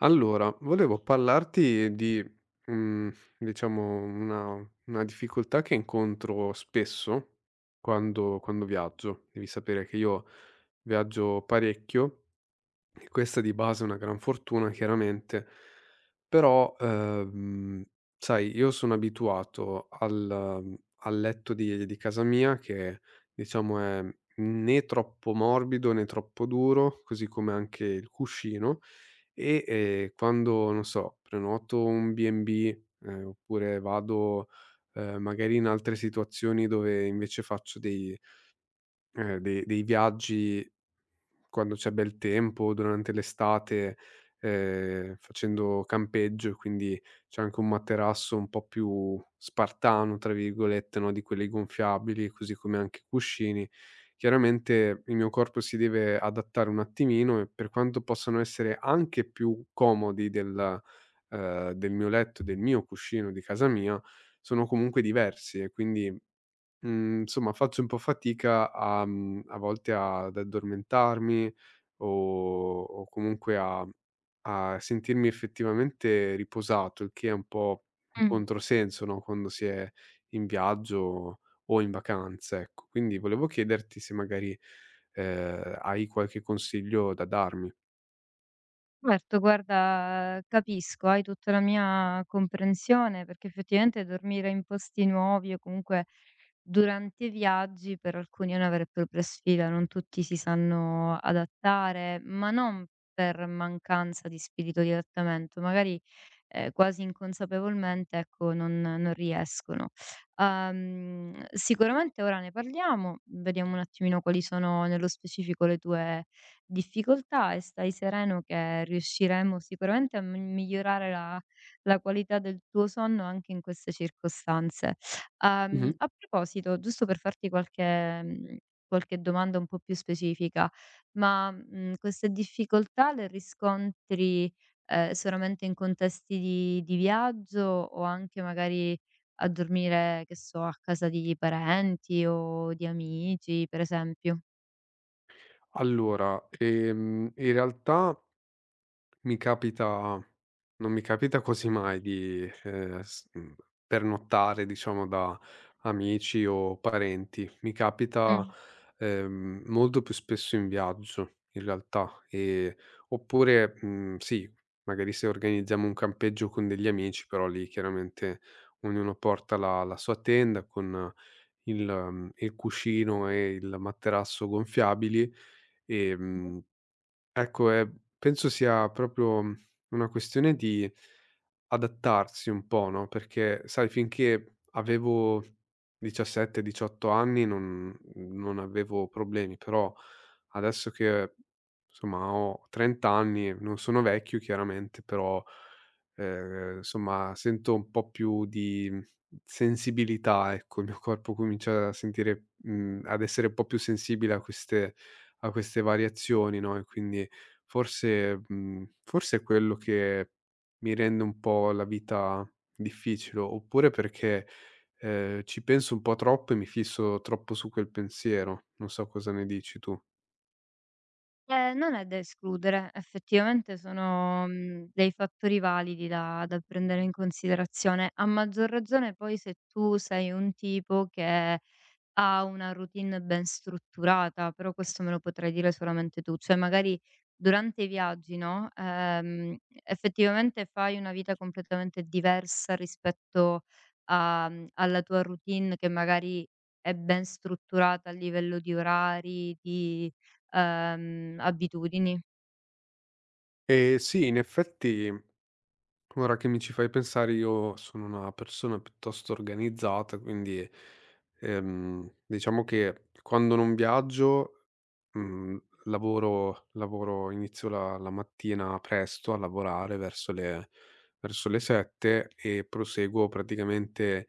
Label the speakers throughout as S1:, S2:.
S1: Allora, volevo parlarti di, mhmm, diciamo una difficoltà che incontro spesso quando viaggio. Devi sapere che io viaggio parecchio e questa di base è una gran fortuna chiaramente, però, sai io sono abituato al letto di casa mia che diciamo è né troppo morbido né troppo duro, così come anche il cuscino e, quando, non so, prenoto un B&B, oppure vado, magari in altre situazioni dove invece faccio dei viaggi quando c'è bel tempo, durante l'estate, facendo campeggio, quindi c'è anche un materasso un po' più "spartano" tra virgolette, no, di quelli gonfiabili, così come anche i cuscini. Chiaramente il mio corpo si deve adattare un attimino e per quanto possano essere anche più comodi del mio letto, del mio cuscino di casa mia, sono comunque diversi e quindi, mhmm, insomma faccio un po' fatica a, a volte, ad addormentarmi o comunque a a sentirmi effettivamente riposato, il che è un po' un
S2: Mh.
S1: controsenso, no, quando si è in viaggio o in vacanza, ecco. Quindi volevo chiederti se magari, hai qualche consiglio da darmi.
S2: Certo, guarda, capisco, hai tutta la mia comprensione, perché effettivamente dormire in posti nuovi o comunque durante i viaggi per alcuni è una vera e propria sfida, non tutti si sanno adattare, ma non per mancanza di spirito di adattamento, magari, quasi inconsapevolmente, ecco, non riescono. Sicuramente ora ne parliamo, vediamo un attimino quali sono nello specifico le tue difficoltà e stai sereno che riusciremo sicuramente a m migliorare la qualità del tuo sonno anche in queste circostanze.
S1: Mh-mh.
S2: A proposito, giusto per farti qualche qualche domanda un po' più specifica, ma, queste difficoltà le riscontri, solamente in contesti di viaggio o anche magari a dormire, che so, a casa di parenti o di amici, per esempio?
S1: Allora, in realtà Mi capita non mi capita quasi mai di, pernottare diciamo da amici o parenti. Mi
S2: Mh.
S1: capita, molto più spesso in viaggio in realtà, oppure, mhmm, sì, magari se organizziamo un campeggio con degli amici, però lì chiaramente ognuno porta la sua tenda con il cuscino e il materasso gonfiabili. Ehm Ecco, ehm, penso sia proprio, mhmm, una questione di adattarsi un po', no, perché sai finché avevo 17, 18 anni non avevo problemi, però adesso che insomma ho 30 anni, non sono vecchio chiaramente, però, insomma sento un po' più di, mhmm, sensibilità, ecco, il mio corpo comincia a sentire, ad essere un po' più sensibile a queste variazioni, no, e quindi forse, forse è quello che mi rende un po' la vita difficile, oppure perché, ci penso un po' troppo e mi fisso troppo su quel pensiero. Non so cosa ne dici tu.
S2: Non è da escludere, effettivamente sono, dei fattori validi da prendere in considerazione. A maggior ragione poi se tu sei un tipo che ha una routine ben strutturata, però questo me lo potrai dire solamente tu, cioè magari durante i viaggi, no, effettivamente fai una vita completamente diversa rispetto a alla tua routine che magari è ben strutturata a livello di orari, di abitudini.
S1: Sì, in effetti ora che mi ci fai pensare io sono una persona piuttosto organizzata, quindi, diciamo che quando non viaggio, mhmm, lavoro inizio la mattina presto a lavorare verso le 7 e proseguo praticamente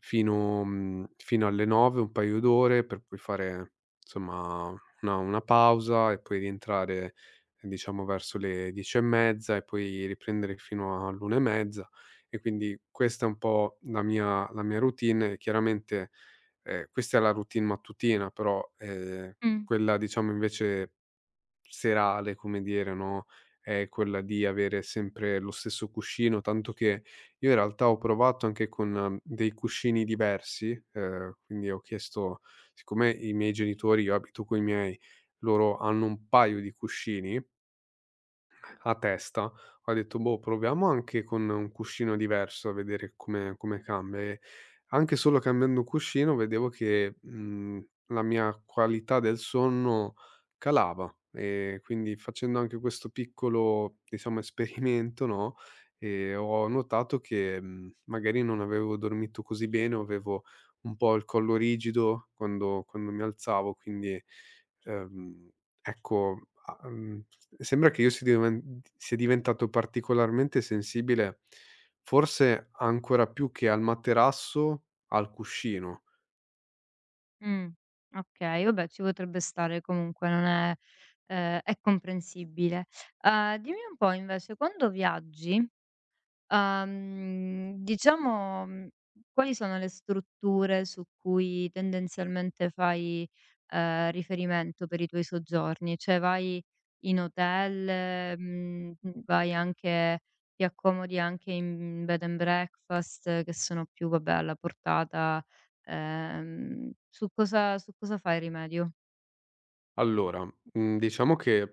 S1: fino, fino alle 9, un paio d'ore per poi fare insomma una pausa e poi rientrare, diciamo, verso le 10 e mezza e poi riprendere fino all'una e mezza. E quindi questa è un po' la mia routine e chiaramente, questa è la routine mattutina, però,
S2: Mh,
S1: quella diciamo invece serale, come dire, no, è quella di avere sempre lo stesso cuscino, tanto che io in realtà ho provato anche con, dei cuscini diversi, quindi ho chiesto, siccome i miei genitori, io abito coi miei, loro hanno un paio di cuscini a testa, ho detto: "Boh, proviamo anche con un cuscino diverso a vedere come cambia". E anche solo cambiando cuscino vedevo che, mhmm, la mia qualità del sonno calava. E quindi facendo anche questo piccolo, diciamo, esperimento, no, ho notato che, mhmm, magari non avevo dormito così bene o avevo un po' il collo rigido quando mi alzavo, quindi, ehm Ecco, sembra che io si diven sia diventato particolarmente sensibile, forse ancora più che al materasso, al cuscino.
S2: mh, okay, vabbè ci potrebbe stare comunque, non è è comprensibile. Dimmi un po' invece, quando viaggi. Diciamo, quali sono le strutture su cui tendenzialmente fai, riferimento per i tuoi soggiorni? Cioè vai in hotel, vai anche, ti accomodi anche in bed and breakfast che sono più, vabbè, alla portata, su cosa fai rimedio?
S1: Allora, mhmm, diciamo che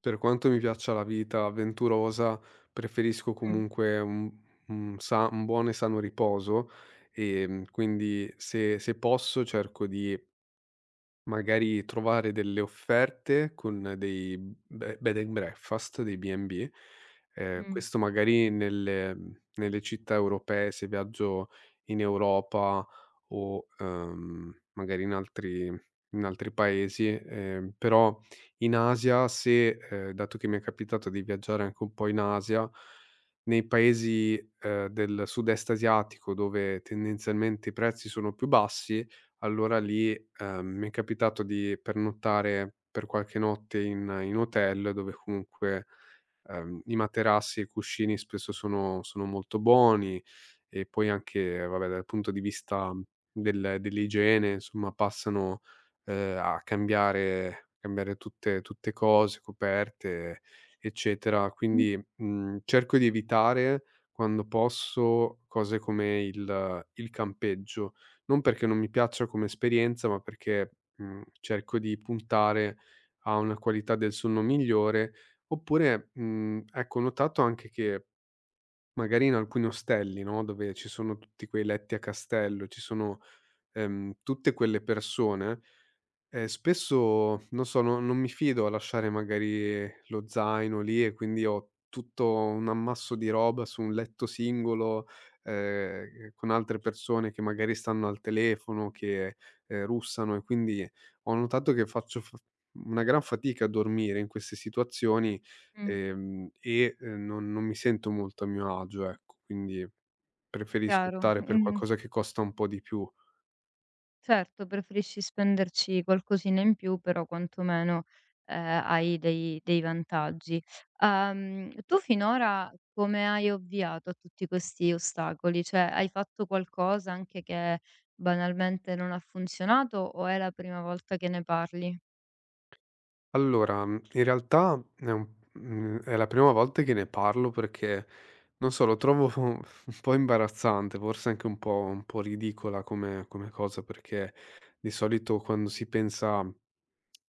S1: per quanto mi piaccia la vita avventurosa, preferisco
S2: Mh,
S1: comunque un buon e sano riposo, quindi se posso cerco di magari trovare delle offerte con dei be bed and breakfast, dei B&B,
S2: mh,
S1: questo magari nelle, nelle città europee, se viaggio in Europa o, magari in altri paesi, però in Asia, se dato che mi è capitato di viaggiare anche un po' in Asia, nei paesi, del sud-est asiatico dove tendenzialmente i prezzi sono più bassi, allora lì, mi è capitato di pernottare per qualche notte in hotel dove comunque, i materassi e i cuscini spesso sono molto buoni e poi anche, vabbè, dal punto di vista dell'igiene, insomma, passano, a cambiare tutte cose, coperte, eccetera.
S2: mh,
S1: Quindi, mhmm, cerco di evitare, quando posso, cose come il campeggio, non perché non mi piaccia come esperienza, ma perché, mhmm, cerco di puntare a una qualità del sonno migliore, oppure, mhmm, ecco, ho notato anche che magari in alcuni ostelli, no, dove ci sono tutti quei letti a castello, ci sono, tutte quelle persone, spesso, non so, no, non mi fido a lasciare magari lo zaino lì e quindi ho tutto un ammasso di roba su un letto singolo, con altre persone che magari stanno al telefono, che, russano e quindi ho notato che faccio f una gran fatica a dormire in queste situazioni,
S2: mh,
S1: e non mi sento molto a mio agio, ecco. Quindi preferisco
S2: chiaro.
S1: optare per
S2: Mh-mh.
S1: qualcosa che costa un po' di più.
S2: Certo, preferisci spenderci qualcosina in più, però quantomeno, hai dei vantaggi. Tu finora come hai ovviato a tutti questi ostacoli? Cioè, hai fatto qualcosa anche che banalmente non ha funzionato o è la prima volta che ne parli?
S1: Allora, mhmm, in realtà è la prima volta che ne parlo perché, non so, lo trovo un po' imbarazzante, forse anche un po' ridicola come come cosa, perché di solito quando si pensa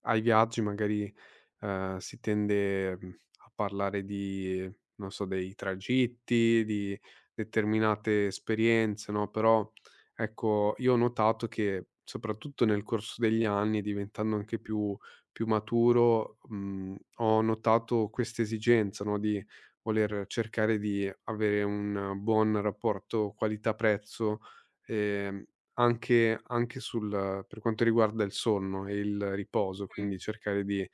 S1: ai viaggi magari, si tende, mhmm, a parlare di, non so, dei tragitti, di determinate esperienze, no, però, ecco, io ho notato che, soprattutto nel corso degli anni, diventando anche più maturo, mhmm, ho notato questa esigenza, no, di voler cercare di avere un buon rapporto qualità prezzo, ehm anche sul per quanto riguarda il sonno e il riposo,
S2: Mh,
S1: quindi cercare di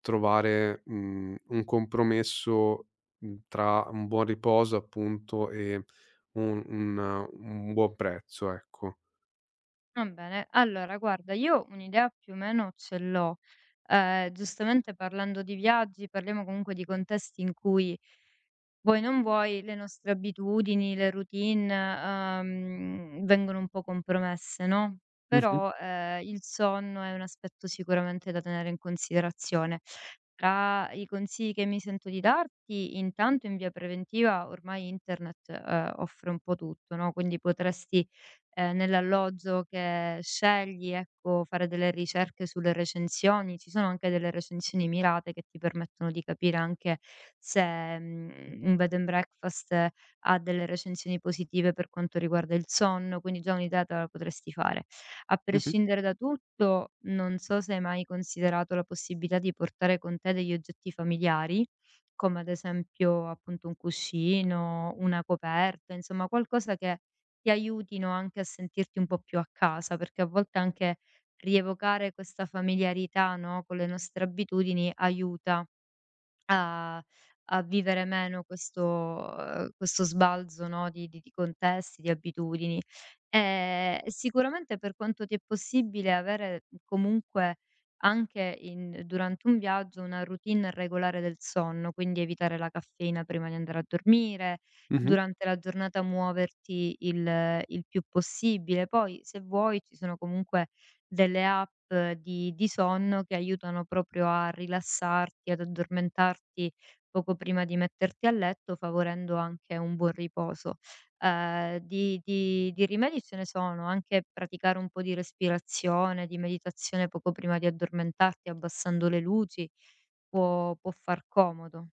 S1: trovare, mhmm, un compromesso, mhmm, tra un buon riposo appunto e un un un buon prezzo, ecco.
S2: va bene. Allora guarda, io un'idea più o meno ce l'ho. Giustamente parlando di viaggi, parliamo comunque di contesti in cui vuoi non vuoi le nostre abitudini, le routine, vengono un po' compromesse, no,
S1: Mh-mh,
S2: però, il sonno è un aspetto sicuramente da tenere in considerazione. Tra i consigli che mi sento di darti, intanto in via preventiva ormai internet, offre un po' tutto, no, quindi potresti, nell'alloggio che scegli, ecco, fare delle ricerche sulle recensioni. Ci sono anche delle recensioni mirate che ti permettono di capire anche se, un bed and breakfast, ha delle recensioni positive per quanto riguarda il sonno, quindi già un'idea te la potresti fare. A
S1: mh-mh,
S2: prescindere da tutto, non so se hai mai considerato la possibilità di portare con te degli oggetti familiari, come ad esempio appunto un cuscino, una coperta, insomma qualcosa che ti aiutino anche a sentirti un po' più a casa, perché a volte anche rievocare questa familiarità, no, con le nostre abitudini aiuta. A a vivere meno questo, questo sbalzo, no, di di contesti, di abitudini. Sicuramente per quanto ti è possibile avere comunque anche in durante un viaggio una routine regolare del sonno, quindi evitare la caffeina prima di andare a dormire,
S1: mh-mh.
S2: durante la giornata muoverti il più possibile. Poi se vuoi ci sono comunque delle app, di sonno che aiutano proprio a rilassarti, ad addormentarti poco prima di metterti a letto, favorendo anche un buon riposo. Di rimedi ce ne sono, anche praticare un po' di respirazione, di meditazione poco prima di addormentarti, abbassando le luci, può far comodo.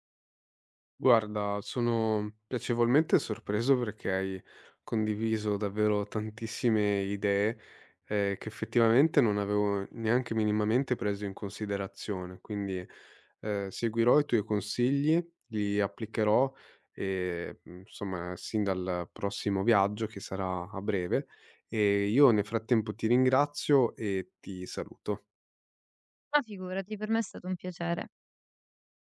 S1: Guarda, sono piacevolmente sorpreso perché hai condiviso davvero tantissime idee, che effettivamente non avevo neanche minimamente preso in considerazione. Quindi, seguirò i tuoi consigli, li applicherò e, mhmm, insomma, sin dal prossimo viaggio che sarà a breve. E io nel frattempo ti ringrazio e ti saluto.
S2: Ma figurati, per me è stato un piacere.